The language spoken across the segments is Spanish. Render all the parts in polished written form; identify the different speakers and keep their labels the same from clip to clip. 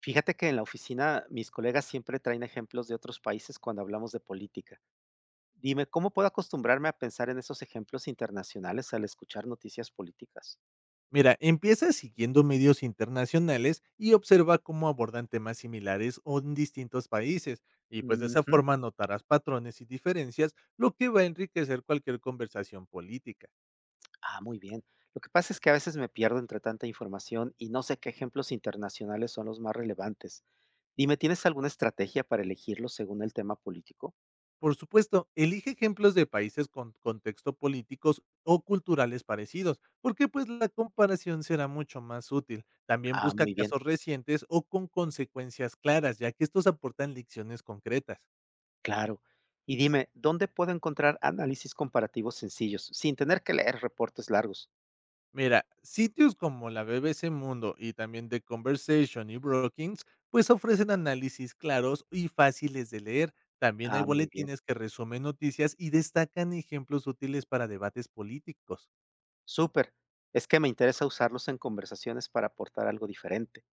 Speaker 1: Fíjate que en la oficina mis colegas siempre traen ejemplos de otros países cuando hablamos de política. Dime, ¿cómo puedo acostumbrarme a pensar en esos ejemplos internacionales al escuchar noticias políticas?
Speaker 2: Mira, empieza siguiendo medios internacionales y observa cómo abordan temas similares o en distintos países, y pues de esa
Speaker 1: Ujú.
Speaker 2: forma notarás patrones y diferencias, lo que va a enriquecer cualquier conversación política.
Speaker 1: Ah, muy bien. Lo que pasa es que a veces me pierdo entre tanta información y no sé qué ejemplos internacionales son los más relevantes. Dime, ¿tienes alguna estrategia para elegirlos según el tema político?
Speaker 2: Por supuesto, elige ejemplos de países con contexto políticos o culturales parecidos, porque pues la comparación será mucho más útil. También
Speaker 1: Ah,
Speaker 2: busca
Speaker 1: muy bien,
Speaker 2: casos recientes o con consecuencias claras, ya que estos aportan lecciones concretas.
Speaker 1: claro. Y dime, ¿dónde puedo encontrar análisis comparativos sencillos sin tener que leer reportes largos?
Speaker 2: Mira, sitios como la BBC Mundo y también The Conversation y Brookings, pues ofrecen análisis claros y fáciles de leer. También hay
Speaker 1: Ah, muy bien.
Speaker 2: boletines que resumen noticias y destacan ejemplos útiles para debates políticos.
Speaker 1: Súper. Es que me interesa usarlos en conversaciones para aportar algo diferente.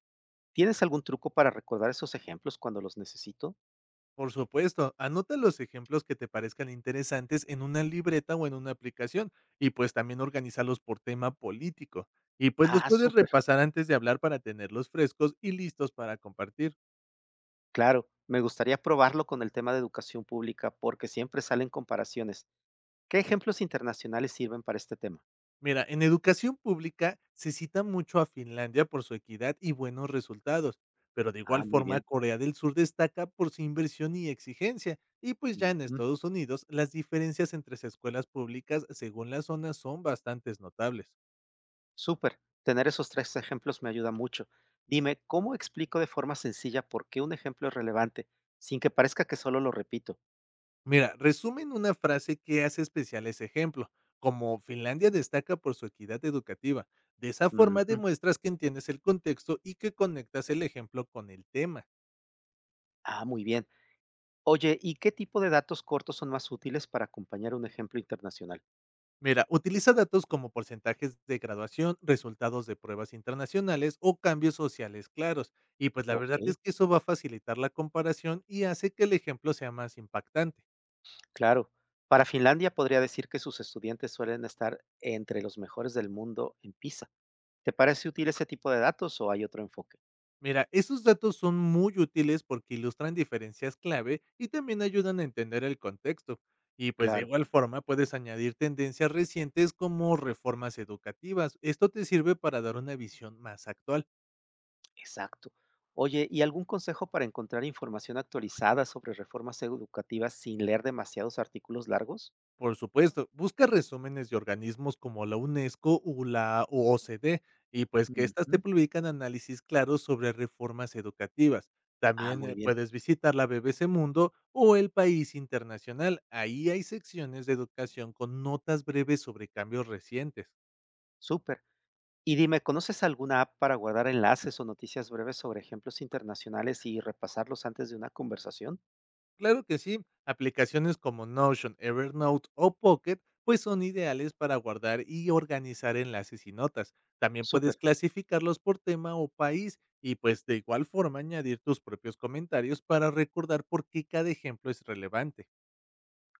Speaker 1: ¿Tienes algún truco para recordar esos ejemplos cuando los necesito?
Speaker 2: Por supuesto, anota los ejemplos que te parezcan interesantes en una libreta o en una aplicación y pues también organízalos por tema político. Y pues los
Speaker 1: Ah,
Speaker 2: puedes
Speaker 1: súper.
Speaker 2: repasar antes de hablar para tenerlos frescos y listos para compartir.
Speaker 1: Claro, me gustaría probarlo con el tema de educación pública porque siempre salen comparaciones. ¿Qué ejemplos internacionales sirven para este tema?
Speaker 2: Mira, en educación pública se cita mucho a Finlandia por su equidad y buenos resultados, pero de
Speaker 1: Ah,
Speaker 2: igual
Speaker 1: muy
Speaker 2: forma
Speaker 1: bien.
Speaker 2: Corea del Sur destaca por su inversión y exigencia, y pues ya en
Speaker 1: Ujú.
Speaker 2: Estados Unidos las diferencias entre las escuelas públicas según las zonas son bastantes notables.
Speaker 1: Súper. Tener esos tres ejemplos me ayuda mucho. Dime, ¿cómo explico de forma sencilla por qué un ejemplo es relevante sin que parezca que solo lo repito?
Speaker 2: Mira, resumen una frase que hace especial ese ejemplo, como Finlandia destaca por su equidad educativa. De esa forma
Speaker 1: Ujú.
Speaker 2: demuestras que entiendes el contexto y que conectas el ejemplo con el tema.
Speaker 1: Ah, muy bien. Oye, ¿y qué tipo de datos cortos son más útiles para acompañar un ejemplo internacional?
Speaker 2: Mira, utiliza datos como porcentajes de graduación, resultados de pruebas internacionales o cambios sociales claros. Y pues la
Speaker 1: Ok,
Speaker 2: verdad es que eso va a facilitar la comparación y hace que el ejemplo sea más impactante.
Speaker 1: claro. Para Finlandia podría decir que sus estudiantes suelen estar entre los mejores del mundo en PISA. ¿Te parece útil ese tipo de datos o hay otro enfoque?
Speaker 2: Mira, esos datos son muy útiles porque ilustran diferencias clave y también ayudan a entender el contexto. Y pues de
Speaker 1: Claro,
Speaker 2: igual forma puedes añadir tendencias recientes como reformas educativas. Esto te sirve para dar una visión más actual.
Speaker 1: exacto. Oye, ¿y algún consejo para encontrar información actualizada sobre reformas educativas sin leer demasiados artículos largos?
Speaker 2: Por supuesto, busca resúmenes de organismos como la UNESCO o la OOCDE y pues que éstas te
Speaker 1: Ujú.
Speaker 2: publican análisis claros sobre reformas educativas.
Speaker 1: Ah,
Speaker 2: También
Speaker 1: muy bien,
Speaker 2: puedes visitar la BBC Mundo o el País Internacional. Ahí hay secciones de educación con notas breves sobre cambios recientes.
Speaker 1: súper. Y dime, ¿conoces alguna app para guardar enlaces o noticias breves sobre ejemplos internacionales y repasarlos antes de una conversación?
Speaker 2: Claro que sí, aplicaciones como Notion, Evernote o Pocket pues son ideales para guardar y organizar enlaces y notas. También
Speaker 1: Súper.
Speaker 2: puedes clasificarlos por tema o país y pues de igual forma añadir tus propios comentarios para recordar por qué cada ejemplo es relevante.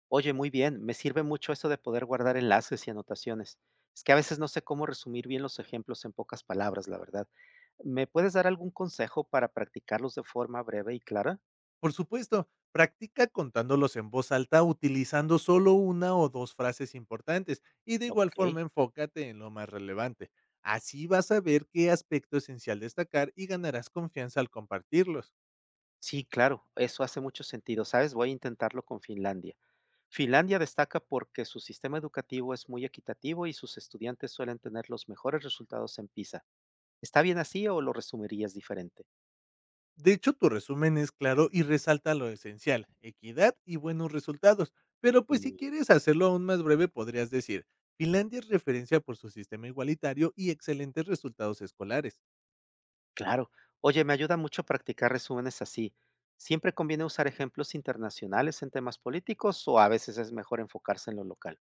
Speaker 1: Oye, muy bien, me sirve mucho eso de poder guardar enlaces y anotaciones. Es que a veces no sé cómo resumir bien los ejemplos en pocas palabras, la verdad. ¿Me puedes dar algún consejo para practicarlos de forma breve y clara?
Speaker 2: Por supuesto, practica contándolos en voz alta utilizando solo una o dos frases importantes y de igual
Speaker 1: Ok.
Speaker 2: forma enfócate en lo más relevante. Así vas a ver qué aspecto esencial destacar y ganarás confianza al compartirlos.
Speaker 1: Sí, claro, eso hace mucho sentido. ¿Sabes? Voy a intentarlo con Finlandia. Finlandia destaca porque su sistema educativo es muy equitativo y sus estudiantes suelen tener los mejores resultados en PISA. ¿Está bien así o lo resumirías diferente?
Speaker 2: De hecho, tu resumen es claro y resalta lo esencial, equidad y buenos resultados. Pero pues si
Speaker 1: Muy bien,
Speaker 2: quieres hacerlo aún más breve, podrías decir, Finlandia es referencia por su sistema igualitario y excelentes resultados escolares.
Speaker 1: claro. Oye, me ayuda mucho practicar resúmenes así. ¿Siempre conviene usar ejemplos internacionales en temas políticos o a veces es mejor enfocarse en lo local?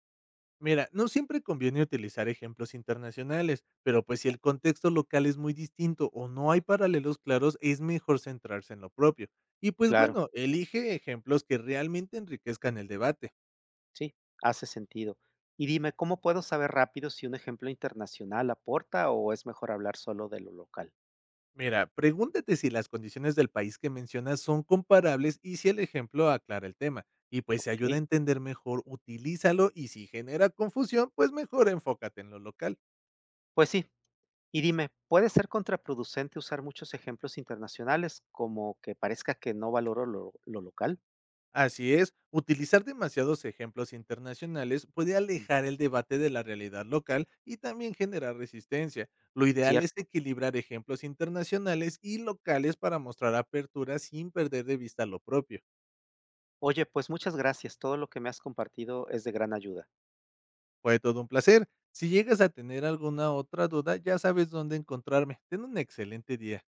Speaker 2: Mira, no siempre conviene utilizar ejemplos internacionales, pero pues si
Speaker 1: Ya,
Speaker 2: el contexto local es muy distinto o no hay paralelos claros, es mejor centrarse en lo propio. Y pues
Speaker 1: claro.
Speaker 2: bueno, elige ejemplos que realmente enriquezcan el debate.
Speaker 1: Sí, hace sentido. Y dime, ¿cómo puedo saber rápido si un ejemplo internacional aporta o es mejor hablar solo de lo local?
Speaker 2: Mira, pregúntate si las condiciones del país que mencionas son comparables y si el ejemplo aclara el tema. Y pues si ayuda a
Speaker 1: Ok,
Speaker 2: entender mejor, utilízalo y si genera confusión, pues mejor enfócate en lo local.
Speaker 1: pues sí. Y dime, ¿puede ser contraproducente usar muchos ejemplos internacionales como que parezca que no valoro lo local?
Speaker 2: Así es, utilizar demasiados ejemplos internacionales puede
Speaker 1: Mm,
Speaker 2: alejar el debate de la realidad local y también generar resistencia. Lo ideal es
Speaker 1: cierto.
Speaker 2: equilibrar ejemplos internacionales y locales para mostrar apertura sin perder de vista lo propio.
Speaker 1: Oye, pues muchas gracias. Todo lo que me has compartido es de gran ayuda.
Speaker 2: Fue todo un placer. Si llegas a tener alguna otra duda, ya sabes dónde encontrarme. Ten un excelente día.